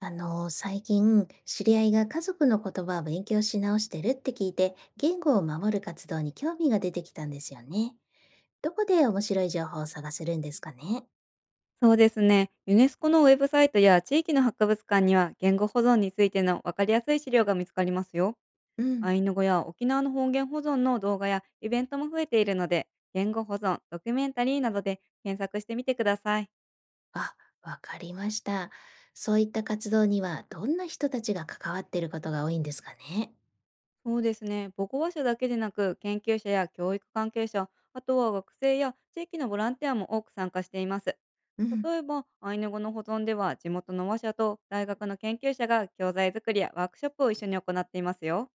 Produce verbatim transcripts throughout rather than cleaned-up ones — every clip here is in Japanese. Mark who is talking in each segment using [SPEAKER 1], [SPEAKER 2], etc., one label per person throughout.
[SPEAKER 1] あの、最近、知り合いが家族の言葉を勉強し直してるって聞いて、言語を守る活動に興味が出てきたんですよね。どこで面白い情報を探せるんですかね？
[SPEAKER 2] そうですね。ユネスコのウェブサイトや地域の博物館には言語保存についての分かりやすい資料が見つかりますよ。
[SPEAKER 1] うん。
[SPEAKER 2] アイヌ語や沖縄の方言保存の動画やイベントも増えているので、言語保存、ドキュメンタリーなどで検索してみてください。
[SPEAKER 1] あ、わかりました。そういった活動には、どんな人たちが関わっていることが多いんですかね？
[SPEAKER 2] そうですね。母語話者だけでなく、研究者や教育関係者、あとは学生や地域のボランティアも多く参加しています。
[SPEAKER 1] うん。
[SPEAKER 2] 例えば、アイヌ語の保存では地元の話者と大学の研究者が教材作りやワークショップを一緒に行っていますよ。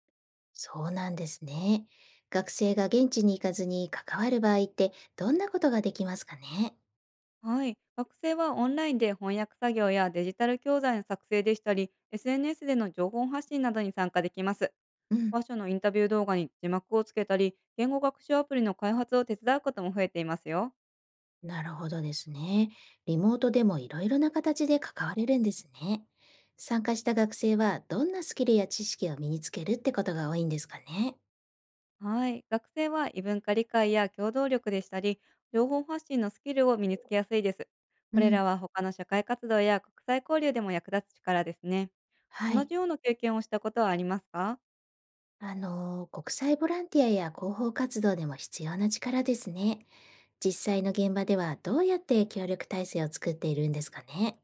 [SPEAKER 1] そうなんですね。学生が現地に行かずに関わる場合って、どんなことができますかね？
[SPEAKER 2] はい。学生はオンラインで翻訳作業やデジタル教材の作成でしたり、エスエヌエス での情報発信などに参加できます。
[SPEAKER 1] うん。
[SPEAKER 2] 話ァのインタビュー動画に字幕をつけたり、言語学習アプリの開発を手伝うことも増えていますよ。
[SPEAKER 1] なるほどですね。リモートでもいろいろな形で関われるんですね。参加した学生はどんなスキルや知識を身につけるってことが多いんですかね。
[SPEAKER 2] はい。学生は異文化理解や協働力でしたり、情報発信のスキルを身につけやすいです。こ
[SPEAKER 1] う
[SPEAKER 2] れら
[SPEAKER 1] ん。
[SPEAKER 2] は他の社会活動や国際交流でも役立つ力ですね。
[SPEAKER 1] は
[SPEAKER 2] 同
[SPEAKER 1] い。
[SPEAKER 2] じような経験をしたことはありますか？
[SPEAKER 1] あのー国際ボランティアや広報活動でも必要な力ですね。実際の現場ではどうやって協力体制を作っているんですかね。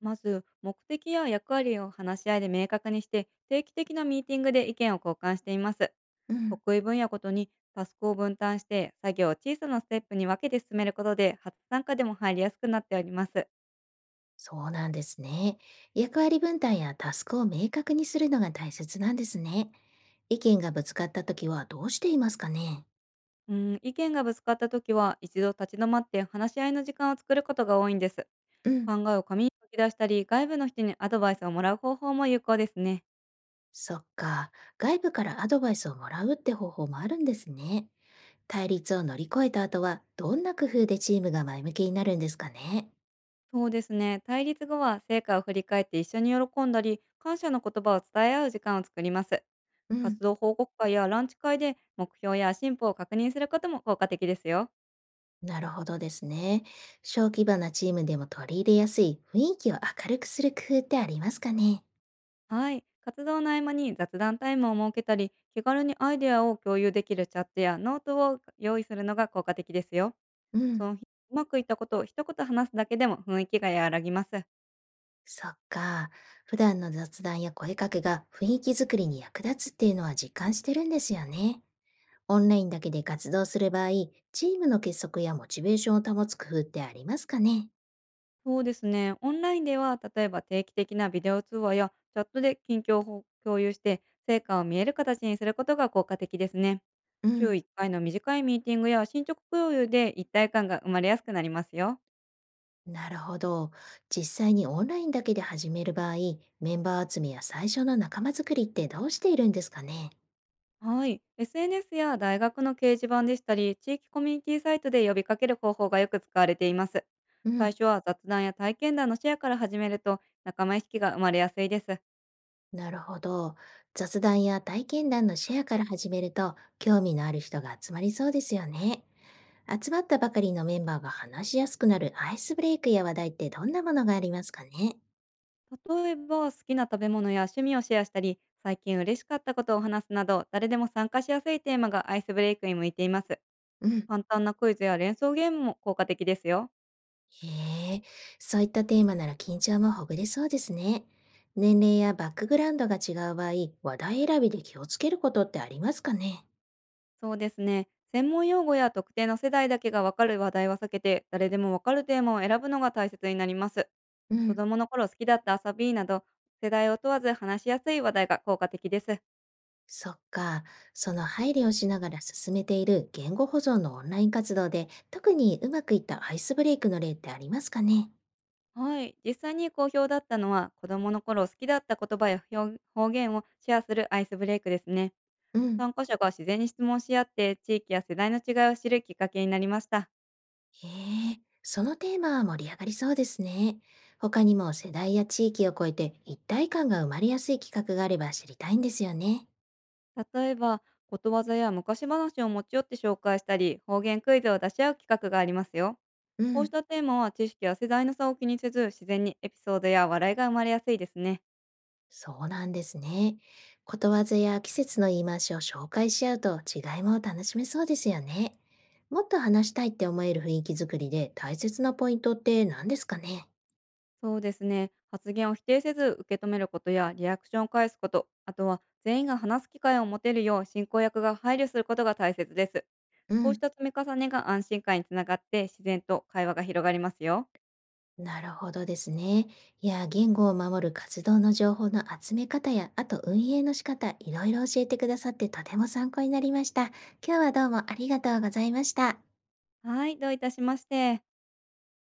[SPEAKER 2] まず、目的や役割を話し合いで明確にして、定期的なミーティングで意見を交換しています。
[SPEAKER 1] うん。
[SPEAKER 2] 得意分野ごとにタスクを分担して、作業を小さなステップに分けて進めることで、初参加でも入りやすくなっております。
[SPEAKER 1] そうなんですね。役割分担やタスクを明確にするのが大切なんですね。意見がぶつかった時はどうしていますかね。
[SPEAKER 2] うん、意見がぶつかった時は、一度立ち止まって話し合いの時間を作ることが多いんです。
[SPEAKER 1] うん。
[SPEAKER 2] 考えを紙に書き出したり、外部の人にアドバイスをもらう方法も有効ですね。
[SPEAKER 1] そっか、外部からアドバイスをもらうって方法もあるんですね。対立を乗り越えた後は、どんな工夫でチームが前向きになるんですかね。
[SPEAKER 2] そうですね。対立後は成果を振り返って一緒に喜んだり、感謝の言葉を伝え合う時間を作ります。
[SPEAKER 1] うん、
[SPEAKER 2] 活動報告会やランチ会で目標や進歩を確認することも効果的ですよ。
[SPEAKER 1] なるほどですね。小規模なチームでも取り入れやすい雰囲気を明るくする工夫ってありますかね。
[SPEAKER 2] はい。活動の合間に雑談タイムを設けたり、気軽にアイデアを共有できるチャットやノートを用意するのが効果的ですよ。
[SPEAKER 1] う
[SPEAKER 2] そ
[SPEAKER 1] ん、
[SPEAKER 2] の日、うまくいったことを一言話すだけでも雰囲気が和らぎます。
[SPEAKER 1] そっか。普段の雑談や声かけが雰囲気作りに役立つっていうのは実感してるんですよね。オンラインだけで活動する場合、チームの結束やモチベーションを保つ工夫ってありますかね。
[SPEAKER 2] そうですね。オンラインでは、例えば定期的なビデオ通話やチャットで近況を共有して、成果を見える形にすることが効果的ですね。
[SPEAKER 1] う
[SPEAKER 2] 週
[SPEAKER 1] ん。
[SPEAKER 2] いっかいの短いミーティングや進捗共有で一体感が生まれやすくなりますよ。
[SPEAKER 1] なるほど。実際にオンラインだけで始める場合、メンバー集めや最初の仲間作りってどうしているんですかね？
[SPEAKER 2] はい。エスエヌエス や大学の掲示板でしたり、地域コミュニティサイトで呼びかける方法がよく使われています。
[SPEAKER 1] う
[SPEAKER 2] 最
[SPEAKER 1] ん、
[SPEAKER 2] 初は雑談や体験談のシェアから始めると、仲間意識が生まれやすいです。
[SPEAKER 1] なるほど。雑談や体験談のシェアから始めると、興味のある人が集まりそうですよね。集まったばかりのメンバーが話しやすくなるアイスブレイクや話題ってどんなものがありますかね？
[SPEAKER 2] 例えば、好きな食べ物や趣味をシェアしたり、最近嬉しかったことを話すなど、誰でも参加しやすいテーマがアイスブレイクに向いています。
[SPEAKER 1] うん。
[SPEAKER 2] 簡単なクイズや連想ゲームも効果的ですよ。
[SPEAKER 1] へえ、そういったテーマなら緊張もほぐれそうですね。年齢やバックグラウンドが違う場合、話題選びで気をつけることってありますかね？
[SPEAKER 2] そうですね。専門用語や特定の世代だけがわかる話題は避けて、誰でもわかるテーマを選ぶのが大切になります。
[SPEAKER 1] う
[SPEAKER 2] 子
[SPEAKER 1] ん。
[SPEAKER 2] 供の頃好きだった遊びなど、世代を問わず話しやすい話題が効果的です。
[SPEAKER 1] そっか。その配慮をしながら進めている言語保存のオンライン活動で、特にうまくいったアイスブレイクの例ってありますかね？
[SPEAKER 2] はい。実際に好評だったのは、子供の頃好きだった言葉や表方言をシェアするアイスブレイクですね。
[SPEAKER 1] うん。
[SPEAKER 2] 参加者が自然に質問し合って地域や世代の違いを知るきっかけになりました。
[SPEAKER 1] へえ、そのテーマは盛り上がりそうですね。他にも世代や地域を超えて一体感が生まれやすい企画があれば知りたいんですよね。
[SPEAKER 2] 例えば、ことわざや昔話を持ち寄って紹介したり、方言クイズを出し合う企画がありますよ。
[SPEAKER 1] う
[SPEAKER 2] こうし
[SPEAKER 1] ん。
[SPEAKER 2] たテーマは知識や世代の差を気にせず、自然にエピソードや笑いが生まれやすいですね。
[SPEAKER 1] そうなんですね。ことわざや季節の言い回しを紹介し合うと違いも楽しめそうですよね。もっと話したいって思える雰囲気づくりで大切なポイントって何ですかね？
[SPEAKER 2] そうですね。発言を否定せず受け止めることやリアクションを返すこと、あとは全員が話す機会を持てるよう進行役が配慮することが大切です。
[SPEAKER 1] う
[SPEAKER 2] こうし
[SPEAKER 1] ん。
[SPEAKER 2] た積み重ねが安心感につながって自然と会話が広がりますよ。
[SPEAKER 1] なるほどですね。いや、言語を守る活動の情報の集め方や、あと運営の仕方、いろいろ教えてくださってとても参考になりました。今日はどうもありがとうございました。
[SPEAKER 2] はい、どういたしまして。